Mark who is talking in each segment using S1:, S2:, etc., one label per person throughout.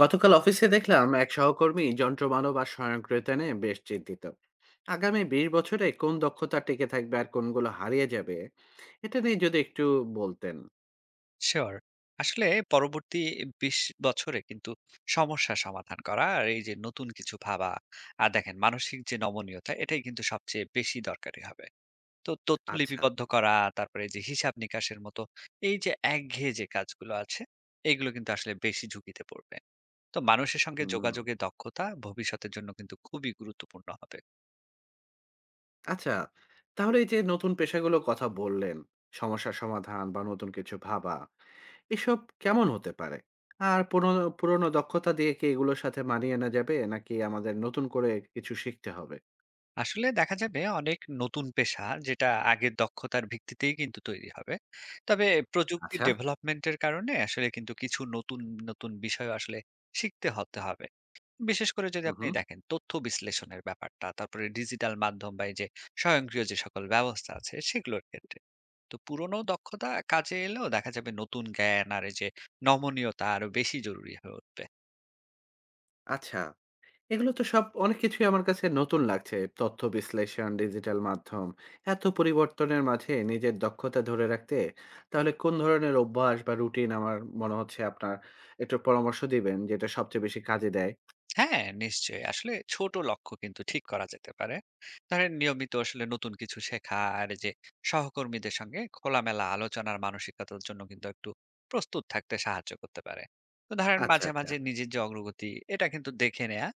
S1: গতকাল অফিসে দেখলাম এক সহকর্মী যন্ত্রমানব আর স্বয়ংক্রিয়তা নিয়ে বেশ চিন্তিত। আগামী 20 বছরে কোন দক্ষতা টিকে থাকবে আর কোনগুলো হারিয়ে যাবে, এটা নিয়ে যদি একটু বলতেন।
S2: শিওর। আসলে পরবর্তী ২০ বছরে কিন্তু সমস্যা সমাধান করা, আর এই যে নতুন কিছু ভাবা, আর দেখেন মানসিক যে নমনীয়তা, এটাই কিন্তু সবচেয়ে বেশি দরকারি হবে। তো তথ্য
S1: আচ্ছা,
S2: লিপিবদ্ধ করা, তারপরে এই যে হিসাব নিকাশের মতো এই যে একঘেয়ে যে কাজগুলো আছে, এগুলো কিন্তু আসলে বেশি ঝুঁকিতে পড়বে। তো মানুষের সঙ্গে
S1: হুম,
S2: যোগাযোগের দক্ষতা ভবিষ্যতের জন্য কিন্তু খুবই গুরুত্বপূর্ণ হবে।
S1: আচ্ছা, তাহলে এই যে নতুন পেশাগুলো কথা বললেন, সমস্যা সমাধান বা নতুন কিছু ভাবা, এসব কেমন হতে পারে? আর পুরনো পুরনো দক্ষতা দিয়ে কি এগুলোর সাথে মানিয়ে আনা যাবে, নাকি আমাদের নতুন করে কিছু শিখতে হবে?
S2: আসলে দেখা যাবে অনেক নতুন পেশা, যেটা আগের দক্ষতার ভিত্তিতেই কিন্তু তৈরি হবে। তবে প্রযুক্তির
S1: আচ্ছা,
S2: ডেভেলপমেন্টের কারণে আসলে কিন্তু কিছু নতুন, নতুন বিষয় আসলে শিখতে হতে হবে। বিশেষ করে যদি আপনি
S1: হুম,
S2: দেখেন তথ্য বিশ্লেষণের ব্যাপারটা, তারপরে ডিজিটাল মাধ্যম, বা এই যে স্বয়ংক্রিয় যে সকল ব্যবস্থা আছে সেগুলোর ক্ষেত্রে। তো পুরোনো দক্ষতা কাজে এলেও দেখা যাবে নতুন জ্ঞান আর এই যে নমনীয়তা আরো বেশি জরুরি হয়ে উঠবে।
S1: আচ্ছা, এগুলো তো সব অনেক কিছুই আমার কাছে নতুন লাগছে। তথ্য বিশ্লেষণ, ডিজিটাল মাধ্যম। এত পরিবর্তনের মাঝে নিজের দক্ষতা ধরে রাখতে তাহলে কোন ধরনের অভ্যাস বা রুটিন, আমার মনে হচ্ছে আপনার একটু পরামর্শ দিবেন, যেটা সবচেয়ে বেশি কাজে দেয়?
S2: হ্যাঁ, নিশ্চয়ই। আসলে ছোট লক্ষ্য কিন্তু ঠিক করা যেতে পারে। ধরেন নিয়মিত আসলে নতুন কিছু শেখা, আর এই যে সহকর্মীদের সঙ্গে খোলামেলা আলোচনার মানসিকতার জন্য কিন্তু একটু প্রস্তুত থাকতে সাহায্য করতে পারে। তো ধরেন
S1: আচ্ছা,
S2: মাঝে,
S1: আচ্ছা।
S2: মাঝে নিজের যে অগ্রগতি, এটা কিন্তু দেখে নেয়া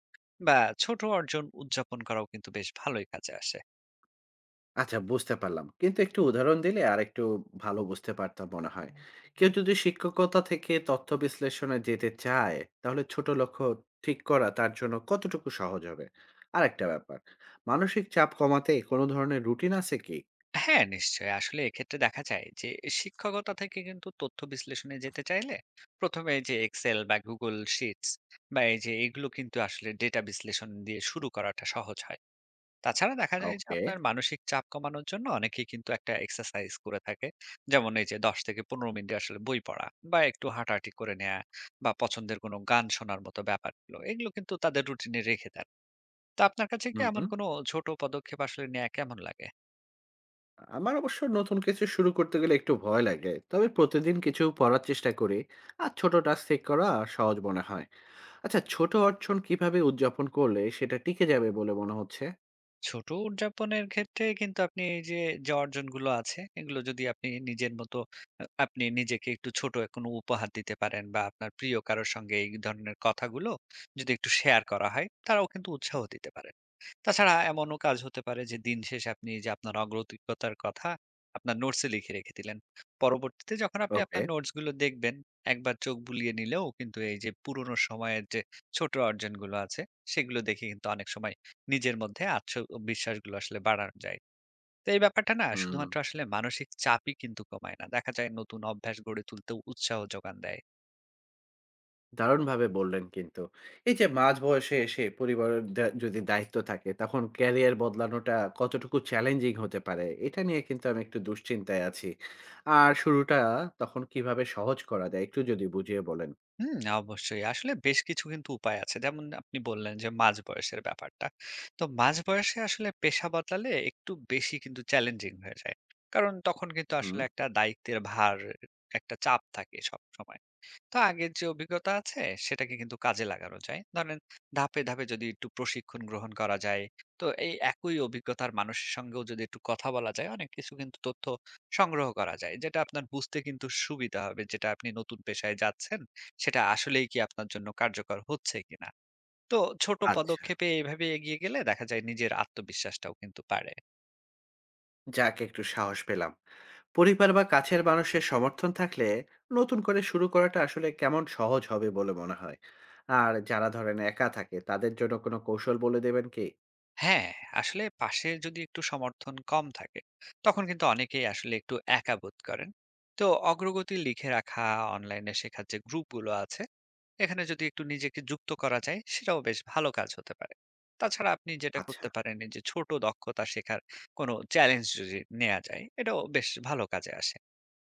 S2: বা ছোট অর্জন উদযাপন করাও কিন্তু বেশ ভালোই কাজে আসে।
S1: আচ্ছা, বুঝতে পারলাম। কিন্তু একটু উদাহরণ দিলে আরেকটু ভালো বুঝতে পারতাম মনে হয়। কেউ যদি শিক্ষকতা থেকে তথ্য বিশ্লেষণে যেতে চায়, তাহলে ছোট লক্ষ্য ঠিক করা তার জন্য কতটুকু সহজ হবে? আরেকটা ব্যাপার, মানসিক চাপ কমাতে কোনো ধরনের রুটিন আছে কি?
S2: হ্যাঁ, নিশ্চয়ই। আসলে এক্ষেত্রে দেখা যায় যে শিক্ষকতা থেকে কিন্তু তথ্য বিশ্লেষণে যেতে চাইলে ১ম এ যে Excel বা Google Sheets বা এই যে এগুলো, কিন্তু আসলে ডেটা বিশ্লেষণ দিয়ে শুরু করাটা সহজ হয়। তাছাড়া দেখা যায় যে
S1: ওকে,
S2: আপনার মানসিক চাপ কমানোর জন্য অনেকেই কিন্তু একটা এক্সারসাইজ করে থাকে। যেমন এই যে ১০ থেকে ১৫ মিনিট আসলে বই পড়া, বা একটু হাঁটাহাঁটি করে নেয়া, বা পছন্দের কোনো গান শোনার মতো ব্যাপারগুলো, এগুলো কিন্তু তাদের রুটিনে রেখে দেন। তো আপনার কাছে কি
S1: হুম,
S2: এমন
S1: হুম।
S2: কোনো ছোট পদক্ষেপ আসলে নেয়া কেমন লাগে?
S1: আমার অবশ্য নতুন কিছু শুরু করতে গেলে একটু ভয় লাগে। তবে প্রতিদিন কিছু পড়ার চেষ্টা করি। আর ছোট টাস্ক ঠিক করা সহজ মনে হয়। আচ্ছা, ছোট অর্জন কিভাবে উদযাপন করলে সেটা টিকে যাবে বলে মনে হচ্ছে?
S2: ছোট উদযাপনের ক্ষেত্রে কিন্তু আপনি এই যে, যে অর্জনগুলো আছে, এগুলো যদি আপনি নিজের মতো আপনি নিজেকে একটু ছোট কোনো উপহার দিতে পারেন, বা আপনার প্রিয় কারো সঙ্গে এই ধরনের কথাগুলো যদি একটু শেয়ার করা হয়, তারাও কিন্তু উৎসাহ দিতে পারে। তাছাড়া এমনও কাজ হতে পারে যে দিন শেষে আপনি যে আপনার অগ্রগতিকতার কথা আপনার নোটসে লিখে রেখে দিলেন। পরবর্তীতে যখন আপনি
S1: ওকে।
S2: আপনার নোটস গুলো দেখবেন, একবার চোখ বুলিয়ে নিলেও কিন্তু এই যে পুরোনো সময়ের যে ছোট অর্জনগুলো আছে, সেগুলো দেখে কিন্তু অনেক সময় নিজের মধ্যে আত্মবিশ্বাসগুলো আসলে বাড়ানো যায়। তো এই ব্যাপারটা না
S1: হুম,
S2: শুধুমাত্র আসলে মানসিক চাপই কিন্তু কমায় না। দেখা যায় নতুন অভ্যাস গড়ে তুলতেও উৎসাহ যোগান দেয়।
S1: দারুণভাবে বললেন কিন্তু। এই যে মাঝ বয়সে এসে পরিবারের যদি দায়িত্ব থাকে, তখন ক্যারিয়ার বদলানোটা কতটুকু চ্যালেঞ্জিং হতে পারে? এটা নিয়ে কিন্তু আমি একটু দুশ্চিন্তায় আছি। আর শুরুটা তখন কিভাবে সহজ করা যায়, একটু যদি বুঝিয়ে বলেন?
S2: হুম, অবশ্যই। আসলে বেশ কিছু কিন্তু উপায় আছে। যেমন আপনি বললেন যে মাঝ বয়সের ব্যাপারটা। তো মাঝ বয়সে আসলে পেশা বদলালে একটু বেশি কিন্তু চ্যালেঞ্জিং হয়ে যায়। কারণ তখন কিন্তু
S1: হুম।
S2: আসলে একটা দায়িত্বের ভার, একটা চাপ থাকে সবসময়। তো আগের যে অভিজ্ঞতা আছে সেটাকে কিন্তু কাজে লাগানো যায়। ধরেন ধাপে ধাপে যদি একটু প্রশিক্ষণ গ্রহণ করা যায়, তো এই একই অভিজ্ঞতার মানুষের সঙ্গেও যদি একটু কথা বলা যায়, অনেক কিছু কিন্তু তথ্য সংগ্রহ করা যায়, যেটা আপনার বুঝতে কিন্তু সুবিধা হবে। যেটা আপনি নতুন পেশায় যাচ্ছেন সেটা আসলেই কি আপনার জন্য কার্যকর হচ্ছে কিনা। তো ছোট
S1: আচ্ছা।
S2: পদক্ষেপে এইভাবে এগিয়ে গেলে দেখা যায় নিজের আত্মবিশ্বাসটাও কিন্তু বাড়ে।
S1: যাক, একটু সাহস পেলাম। পরিবার বা কাছের মানুষের সমর্থন থাকলে নতুন করে শুরু করাটা আসলে কেমন সহজ হবে বলে মনে হয়? আর যারা ধরেন একা থাকে, তাদের জন্য কোনো কৌশল বলে দেবেন কি?
S2: হ্যাঁ, আসলে পাশে যদি একটু সমর্থন কম থাকে, তখন কিন্তু অনেকেই আসলে একটু একা বোধ করেন। তো অগ্রগতি লিখে রাখা, অনলাইনে শেখার যে গ্রুপগুলো আছে, এখানে যদি একটু নিজেকে যুক্ত করা যায়, সেটাও বেশ ভালো কাজ হতে পারে। তাছাড়া আপনি যেটা
S1: আচ্ছা।
S2: করতে পারেন, এই যে ছোট দক্ষতা শেখার কোনো চ্যালেঞ্জ যদি নেওয়া যায়, এটাও বেশ ভালো কাজে আসে।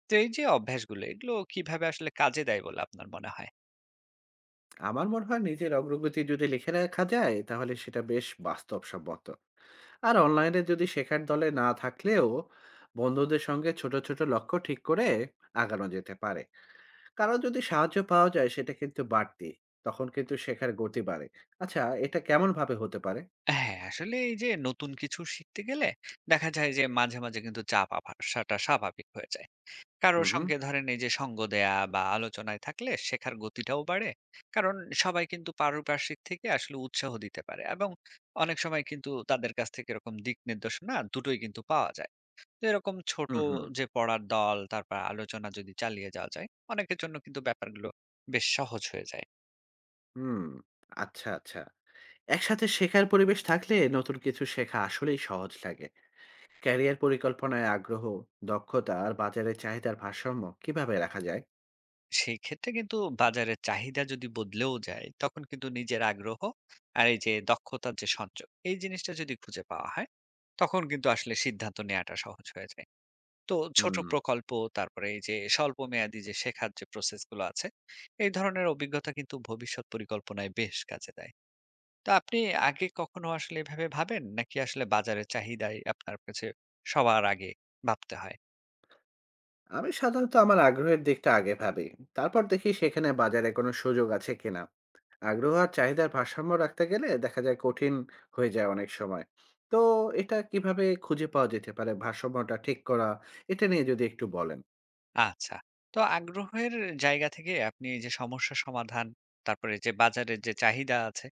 S2: তো এই যে অভ্যাসগুলো, এগুলো কিভাবে আসলে কাজে দেয় বলে আপনার মনে হয়?
S1: আমার মনে হয় নিজের অগ্রগতি যদি লিখে রাখা যায়, তাহলে সেটা বেশ বাস্তবসম্মত। আর অনলাইনে যদি শেখার দলে না থাকলেও বন্ধুদের সঙ্গে ছোট ছোট লক্ষ্য ঠিক করে আগানো যেতে পারে। কারণ যদি সাহায্য পাওয়া যায়, সেটা কিন্তু বাড়তি, তখন কিন্তু শেখার গতি বাড়ে। আচ্ছা, এটা কেমন ভাবে হতে পারে?
S2: হ্যাঁ, আসলে এই যে নতুন কিছু শিখতে গেলে দেখা যায় যে মাঝে, মাঝে কিন্তু চাপ আসাটা স্বাভাবিক হয়ে যায়। কারো
S1: হুম, হুম।
S2: সঙ্গে ধরেন এই যে সঙ্গ দেয়া বা আলোচনায় থাকলে শেখার গতিটাও বাড়ে। কারণ সবাই কিন্তু পারিপার্শ্বিক থেকে আসলে উৎসাহ দিতে পারে, এবং অনেক সময় কিন্তু তাদের কাছ থেকে এরকম দিক নির্দেশনা দুটোই কিন্তু পাওয়া যায়। তো এরকম ছোট
S1: হুম, হুম।
S2: যে পড়ার দল, তারপর আলোচনা যদি চালিয়ে যাওয়া যায়, অনেকের জন্য কিন্তু ব্যাপারগুলো বেশ সহজ হয়ে যায়।
S1: হুম, আচ্ছা, আচ্ছা, একসাথে শেখার পরিবেশ থাকলে নতুন কিছু শেখা আসলেই সহজ লাগে। ক্যারিয়ার পরিকল্পনায় আগ্রহ, দক্ষতা আর বাজারের চাহিদার ভারসাম্য কিভাবে রাখা যায়?
S2: সেই ক্ষেত্রে কিন্তু বাজারের চাহিদা যদি বদলেও যায়, তখন কিন্তু নিজের আগ্রহ আর এই যে দক্ষতার যে সঞ্চয়, এই জিনিসটা যদি খুঁজে পাওয়া হয়, তখন কিন্তু আসলে সিদ্ধান্ত নেওয়াটা সহজ হয়ে যায়। তো ছোট
S1: হুম,
S2: প্রকল্প, তারপরে এই যে স্বল্প মেয়াদি যে শেখার যে প্রসেস গুলো আছে, এই ধরনের অভিজ্ঞতা কিন্তু ভবিষ্যৎ পরিকল্পনায় বেশ কাজে দেয়। তো আপনি আগে কখনো আসলে এভাবে ভাবেন, নাকি আসলে বাজারের চাহিদাই আপনার কাছে সবার আগে ভাবতে হয়?
S1: আমি সাধারণত আমার আগ্রহের দিকটা আগে ভাবি, তারপর দেখি সেখানে বাজারে কোনো সুযোগ আছে কিনা। আগ্রহ আর চাহিদার ভারসাম্য রাখতে গেলে দেখা যায় কঠিন হয়ে যায় অনেক সময়। তো এটা কিভাবে খুঁজে পাওয়া যেতে পারে, ভারসাম্যটা ঠিক করা, এটা নিয়ে যদি একটু বলেন।
S2: আচ্ছা। তো আগ্রহের জায়গা থেকে আপনি এই যে সমস্যা সমাধান, তারপরে যে বাজারের যে চাহিদা আছে,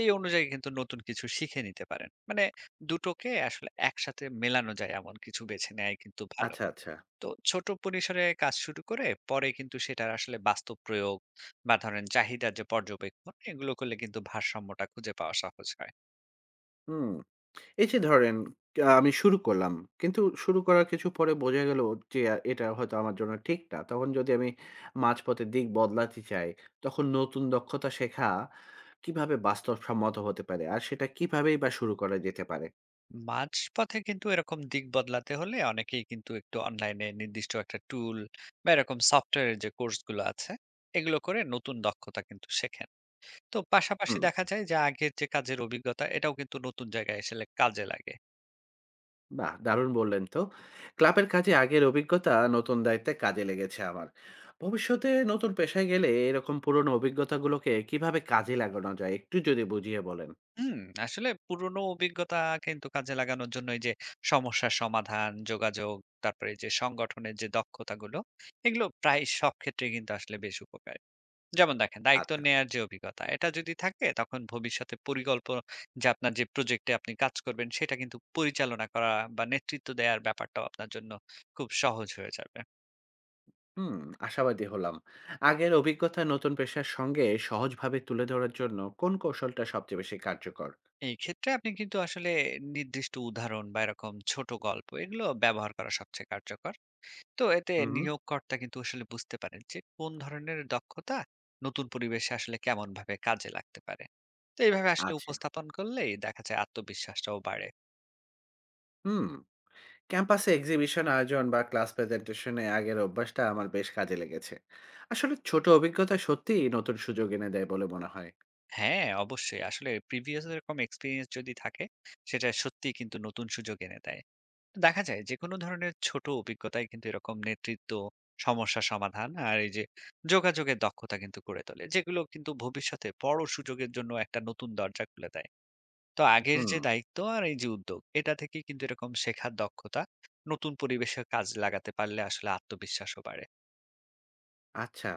S2: এই অনুযায়ী কিন্তু নতুন কিছু শিখে নিতে পারেন। মানে ২ টোকে আসলে একসাথে মেলানো যায় এমন কিছু বেছে নেয়াই কিন্তু ভালো।
S1: আচ্ছা, আচ্ছা।
S2: তো ছোট পরিসরে কাজ শুরু করে পরে কিন্তু সেটার আসলে বাস্তব প্রয়োগ, বা ধরেন চাহিদার যে পর্যবেক্ষণ, এগুলো করলে কিন্তু ভারসাম্যটা খুঁজে পাওয়া সহজ হয়।
S1: হুম, এই যে ধরেন, আমি শুরু করলাম। কিন্তু শুরু করার কিছু পরে বোঝা গেল যে আহ, এটা হয়তো আমার জন্য ঠিক না। তখন যদি আমি মাঝপথে দিক বদলাতে চাই, তখন নতুন দক্ষতা শেখা কিভাবে বাস্তবসম্মত হতে পারে? আর সেটা কিভাবেই বা শুরু করা যেতে পারে?
S2: মাঝপথে কিন্তু এরকম দিক বদলাতে হলে অনেকেই কিন্তু একটু অনলাইনে নির্দিষ্ট একটা টুল বা এরকম সফটওয়্যারের যে কোর্সগুলো আছে, এগুলো করে নতুন দক্ষতা কিন্তু শেখেন। তো পাশাপাশি
S1: হুম,
S2: দেখা যায় যে আগের যে কাজের অভিজ্ঞতা, এটাও কিন্তু নতুন জায়গায় আসলে কাজে লাগে।
S1: বাহ! দারুণ বললেন তো। ক্লাবের কাজে আগের অভিজ্ঞতা নতুন দায়িত্বে কাজে লেগেছে আমার। ভবিষ্যতে নতুন পেশায় গেলে এরকম পুরনো অভিজ্ঞতাগুলোকে কিভাবে কাজে লাগানো যায়, একটু যদি বুঝিয়ে বলেন?
S2: হুম। আসলে পুরনো অভিজ্ঞতা কিন্তু কাজে লাগানোর জন্য এই যে সমস্যার সমাধান, যোগাযোগ, তারপরে এই যে সংগঠনের যে দক্ষতাগুলো, এগুলো প্রায় সব ক্ষেত্রে কিন্তু আসলে বেশ উপকারী। যেমন দেখেন দায়িত্ব
S1: আচ্ছা।
S2: নেয়ার যে অভিজ্ঞতা, এটা যদি থাকে, তখন ভবিষ্যতে পরিকল্পনা, যে আপনার যে প্রজেক্টে আপনি কাজ করবেন, সেটা কিন্তু পরিচালনা করা বা নেতৃত্ব দেওয়ার ব্যাপারটাও আপনার জন্য খুব সহজ হয়ে যাবে।
S1: হুম, আশাবাদী হলাম। আগের অভিজ্ঞতা নতুন পেশার সঙ্গে সহজভাবে তুলে ধরার জন্য কোন কৌশলটা সবচেয়ে বেশি কার্যকর?
S2: এই ক্ষেত্রে আপনি কিন্তু আসলে নির্দিষ্ট উদাহরণ বা এরকম ছোট গল্প, এগুলো ব্যবহার করা সবচেয়ে কার্যকর। তো এতে
S1: হুম, হুম।
S2: নিয়োগকর্তা কিন্তু আসলে বুঝতে পারেন যে কোন ধরনের দক্ষতা নতুন পরিবেশে আসলে কেমন ভাবে কাজে লাগতে পারে। তো এইভাবে আসলে
S1: আচ্ছা।
S2: উপস্থাপন করলেই দেখা যায় আত্মবিশ্বাসটাও বাড়ে।
S1: হুম। ক্যাম্পাসে এক্সিবিশন আয়োজন বা ক্লাস প্রেজেন্টেশনে আগের অভ্যাসটা আমার বেশ কাজে লেগেছে। আসলে ছোট অভিজ্ঞতা সত্যিই নতুন সুযোগ এনে দেয় বলে মনে হয়।
S2: হ্যাঁ, অবশ্যই। আসলে প্রিভিয়াস এরকম এক্সপেরিয়েন্স যদি থাকে, সেটা সত্যিই কিন্তু নতুন সুযোগ এনে দেয়। দেখা যায় যেকোনো ধরনের ছোট অভিজ্ঞতাই কিন্তু এরকম নেতৃত্ব, সমস্যা সমাধান আর এই যে যোগাযোগের দক্ষতা কিন্তু গড়ে তোলে। যেগুলো কিন্তু ভবিষ্যতে বড় সুযোগের জন্য একটা নতুন দরজা খুলে দেয়। তো আগের
S1: হুম,
S2: যে দায়িত্ব আর এই যে উদ্যোগ, এটা থেকেই কিন্তু এরকম শেখার দক্ষতা নতুন পরিবেশে কাজ লাগাতে পারলে আসলে আত্মবিশ্বাসও বাড়ে।
S1: আচ্ছা।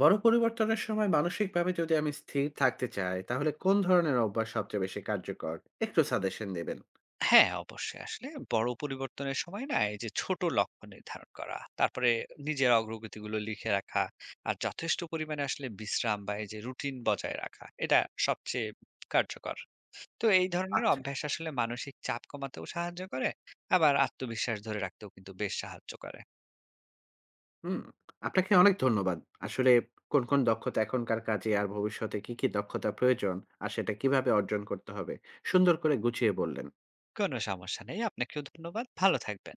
S1: বড় পরিবর্তনের সময় মানসিকভাবে যদি আমি স্থির থাকতে চাই, তাহলে কোন ধরনের অভ্যাস সবচেয়ে বেশি কার্যকর? একটু সাজেশন দেবেন।
S2: হ্যাঁ, অবশ্যই। আসলে বড় পরিবর্তনের সময় না এই যে ছোট লক্ষ্য নির্ধারণ করা, তারপরে নিজের অগ্রগতিগুলো লিখে রাখা, আর যথেষ্ট পরিমাণে আসলে বিশ্রাম বা এই যে রুটিন বজায় রাখা, এটা সবচেয়ে কার্যকর। তো এই ধরনের
S1: আচ্ছা।
S2: অভ্যাস আসলে মানসিক চাপ কমাতেও সাহায্য করে, আবার আত্মবিশ্বাস ধরে রাখতেও কিন্তু বেশ সাহায্য করে।
S1: হুম, আপনাকে অনেক ধন্যবাদ। আসলে কোন, কোন দক্ষতা এখনকার কাজে আর ভবিষ্যতে কি, কি দক্ষতা প্রয়োজন, আর সেটা কিভাবে অর্জন করতে হবে, সুন্দর করে গুছিয়ে বললেন।
S2: কোনো সমস্যা নেই। আপনাকেও ধন্যবাদ। ভালো থাকবেন।